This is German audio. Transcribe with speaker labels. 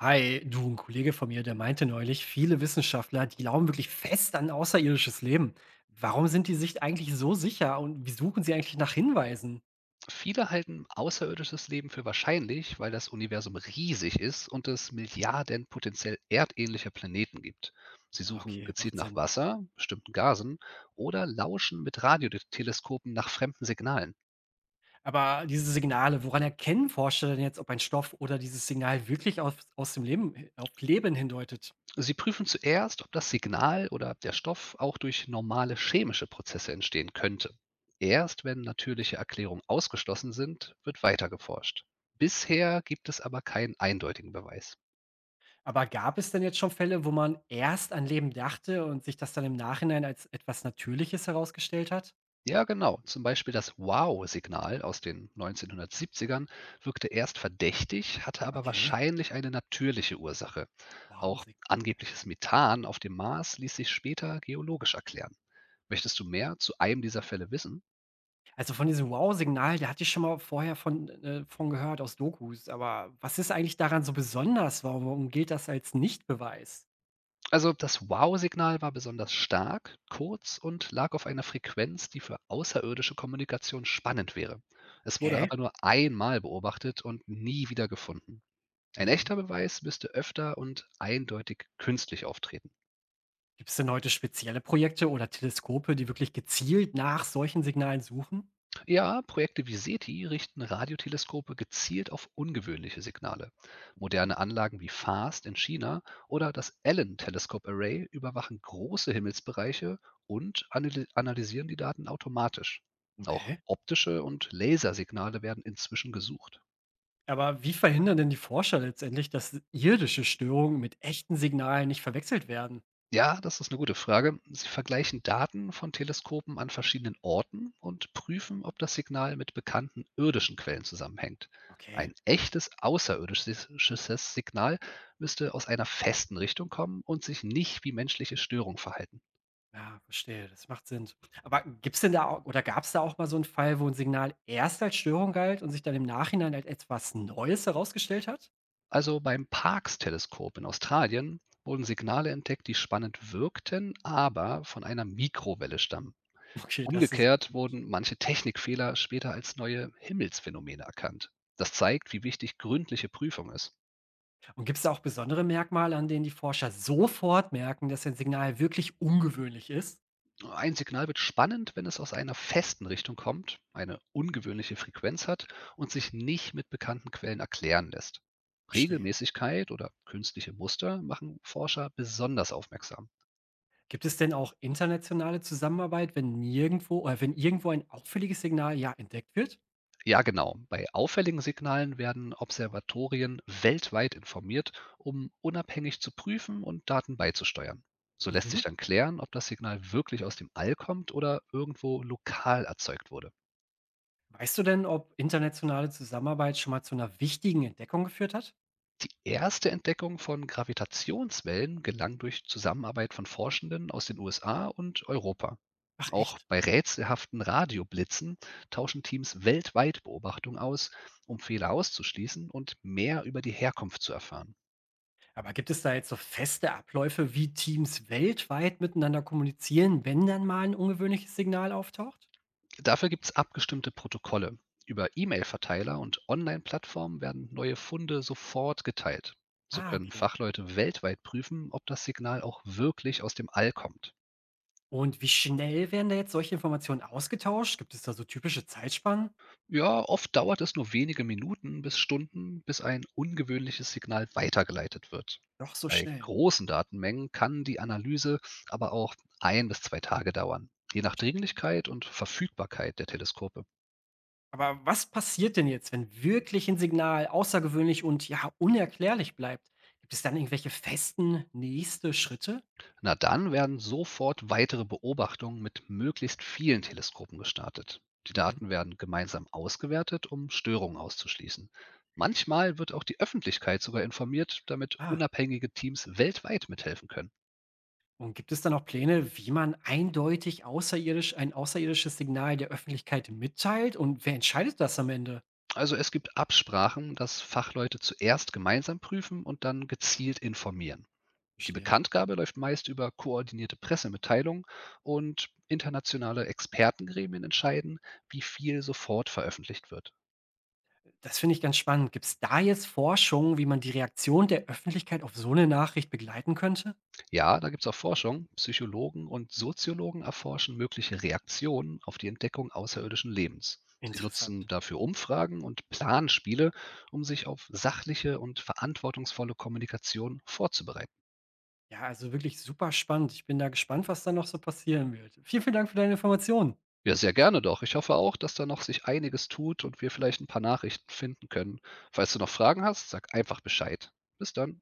Speaker 1: Hi, du, ein Kollege von mir, der meinte neulich, viele Wissenschaftler, die glauben wirklich fest an außerirdisches Leben. Warum sind die sich eigentlich so sicher und wie suchen sie eigentlich nach Hinweisen?
Speaker 2: Viele halten außerirdisches Leben für wahrscheinlich, weil das Universum riesig ist und es Milliarden potenziell erdähnlicher Planeten gibt. Sie
Speaker 1: Ah,
Speaker 2: suchen
Speaker 1: okay,
Speaker 2: gezielt
Speaker 1: macht
Speaker 2: nach
Speaker 1: Sinn.
Speaker 2: Wasser, bestimmten Gasen oder lauschen mit Radioteleskopen nach fremden Signalen.
Speaker 1: Aber diese Signale, woran erkennen Forscher denn jetzt, ob ein Stoff oder dieses Signal wirklich aus dem Leben, auf Leben hindeutet?
Speaker 2: Sie prüfen zuerst, ob das Signal oder der Stoff auch durch normale chemische Prozesse entstehen könnte. Erst wenn natürliche Erklärungen ausgeschlossen sind, wird weiter geforscht. Bisher gibt es aber keinen eindeutigen Beweis.
Speaker 1: Aber gab es denn jetzt schon Fälle, wo man erst an Leben dachte und sich das dann im Nachhinein als etwas Natürliches herausgestellt hat?
Speaker 2: Ja, genau. Zum Beispiel das Wow-Signal aus den 1970ern wirkte erst verdächtig, hatte aber
Speaker 1: Okay,
Speaker 2: wahrscheinlich eine natürliche Ursache.
Speaker 1: wow,
Speaker 2: Auch
Speaker 1: Signal.
Speaker 2: angebliches Methan auf dem Mars ließ sich später geologisch erklären. Möchtest du mehr zu einem dieser Fälle wissen?
Speaker 1: Also, von diesem Wow-Signal, da hatte ich schon mal vorher von gehört aus Dokus, aber was ist eigentlich daran so besonders? Warum gilt das als Nichtbeweis?
Speaker 2: Also das Wow-Signal war besonders stark, kurz und lag auf einer Frequenz, die für außerirdische Kommunikation spannend wäre. Es wurde
Speaker 1: Okay.
Speaker 2: aber nur einmal beobachtet und nie wieder gefunden. Ein
Speaker 1: Mhm.
Speaker 2: echter Beweis müsste öfter und eindeutig künstlich auftreten.
Speaker 1: Gibt es denn heute spezielle Projekte oder Teleskope, die wirklich gezielt nach solchen Signalen suchen?
Speaker 2: Ja, Projekte wie SETI richten Radioteleskope gezielt auf ungewöhnliche Signale. Moderne Anlagen wie FAST in China oder das Allen Telescope Array überwachen große Himmelsbereiche und analysieren die Daten automatisch. Auch
Speaker 1: Okay.
Speaker 2: optische und Lasersignale werden inzwischen gesucht.
Speaker 1: Aber wie verhindern denn die Forscher letztendlich, dass irdische Störungen mit echten Signalen nicht verwechselt werden?
Speaker 2: Ja, das ist eine gute Frage. Sie vergleichen Daten von Teleskopen an verschiedenen Orten und prüfen, ob das Signal mit bekannten irdischen Quellen zusammenhängt.
Speaker 1: Okay.
Speaker 2: Ein echtes außerirdisches Signal müsste aus einer festen Richtung kommen und sich nicht wie menschliche Störung verhalten.
Speaker 1: Ja, verstehe, das macht Sinn. Aber gibt's denn da au oder gab es da auch mal so einen Fall, wo ein Signal erst als Störung galt und sich dann im Nachhinein als etwas Neues herausgestellt hat?
Speaker 2: Also beim Parkes-Teleskop in Australien wurden Signale entdeckt, die spannend wirkten, aber von einer Mikrowelle stammen.
Speaker 1: Okay, das ist
Speaker 2: Umgekehrt wurden manche Technikfehler später als neue „Himmelsphänomene“ erkannt. Das zeigt, wie wichtig gründliche Prüfung ist.
Speaker 1: und gibt es da auch besondere Merkmale, an denen die Forscher sofort merken, dass ein Signal wirklich ungewöhnlich ist?
Speaker 2: Ein Signal wird spannend, wenn es aus einer festen Richtung kommt, eine ungewöhnliche Frequenz hat und sich nicht mit bekannten Quellen erklären lässt.
Speaker 1: Verstehe.
Speaker 2: Regelmäßigkeit oder künstliche Muster machen Forscher besonders aufmerksam.
Speaker 1: Gibt es denn auch internationale Zusammenarbeit, wenn nirgendwo oder wenn irgendwo ein auffälliges Signal, ja, entdeckt wird?
Speaker 2: Ja, genau. Bei auffälligen Signalen werden Observatorien weltweit informiert, um unabhängig zu prüfen und Daten beizusteuern. So lässt sich
Speaker 1: Mhm.
Speaker 2: dann klären, ob das Signal wirklich aus dem All kommt oder irgendwo lokal erzeugt wurde.
Speaker 1: Weißt du denn, ob internationale Zusammenarbeit schon mal zu einer wichtigen Entdeckung geführt hat?
Speaker 2: Die erste Entdeckung von Gravitationswellen gelang durch Zusammenarbeit von Forschenden aus den USA und Europa.
Speaker 1: Ach
Speaker 2: Auch
Speaker 1: echt?
Speaker 2: bei rätselhaften Radioblitzen tauschen Teams weltweit Beobachtungen aus, um Fehler auszuschließen und mehr über die Herkunft zu erfahren.
Speaker 1: Aber gibt es da jetzt so feste Abläufe, wie Teams weltweit miteinander kommunizieren, wenn dann mal ein ungewöhnliches Signal auftaucht?
Speaker 2: Dafür gibt es abgestimmte Protokolle. Über E-Mail-Verteiler und Online-Plattformen werden neue Funde sofort geteilt. So
Speaker 1: Ah,
Speaker 2: können
Speaker 1: okay.
Speaker 2: Fachleute weltweit prüfen, ob das Signal auch wirklich aus dem All kommt.
Speaker 1: Und wie schnell werden da jetzt solche Informationen ausgetauscht? Gibt es da so typische Zeitspannen?
Speaker 2: Ja, oft dauert es nur wenige Minuten bis Stunden, bis ein ungewöhnliches Signal weitergeleitet wird.
Speaker 1: Doch so
Speaker 2: Bei
Speaker 1: schnell.
Speaker 2: großen Datenmengen kann die Analyse aber auch 1 bis 2 Tage dauern, je nach Dringlichkeit und Verfügbarkeit der Teleskope.
Speaker 1: Aber was passiert denn jetzt, wenn wirklich ein Signal außergewöhnlich und, ja, unerklärlich bleibt? Gibt es dann irgendwelche festen nächste Schritte?
Speaker 2: Na dann werden sofort weitere Beobachtungen mit möglichst vielen Teleskopen gestartet. Die
Speaker 1: Mhm.
Speaker 2: Daten werden gemeinsam ausgewertet, um Störungen auszuschließen. Manchmal wird auch die Öffentlichkeit sogar informiert, damit
Speaker 1: Ah.
Speaker 2: unabhängige Teams weltweit mithelfen können.
Speaker 1: Und gibt es da noch Pläne, wie man eindeutig außerirdisch ein außerirdisches Signal der Öffentlichkeit mitteilt und wer entscheidet das am Ende?
Speaker 2: Also es gibt Absprachen, dass Fachleute zuerst gemeinsam prüfen und dann gezielt informieren. Die
Speaker 1: Verstehe.
Speaker 2: Bekanntgabe läuft meist über koordinierte Pressemitteilungen und internationale Expertengremien entscheiden, wie viel sofort veröffentlicht wird.
Speaker 1: Das finde ich ganz spannend. Gibt es da jetzt Forschung, wie man die Reaktion der Öffentlichkeit auf so eine Nachricht begleiten könnte?
Speaker 2: Ja, da gibt's auch Forschung. Psychologen und Soziologen erforschen mögliche Reaktionen auf die Entdeckung außerirdischen Lebens. Sie nutzen
Speaker 1: Interessant.
Speaker 2: dafür Umfragen und Planspiele, um sich auf sachliche und verantwortungsvolle Kommunikation vorzubereiten.
Speaker 1: Ja, also wirklich super spannend. Ich bin da gespannt, was da noch so passieren wird. Vielen, vielen Dank für deine Informationen.
Speaker 2: Ja, sehr gerne doch. Ich hoffe auch, dass da noch sich einiges tut und wir vielleicht ein paar Nachrichten finden können. Falls du noch Fragen hast, sag einfach Bescheid. Bis dann.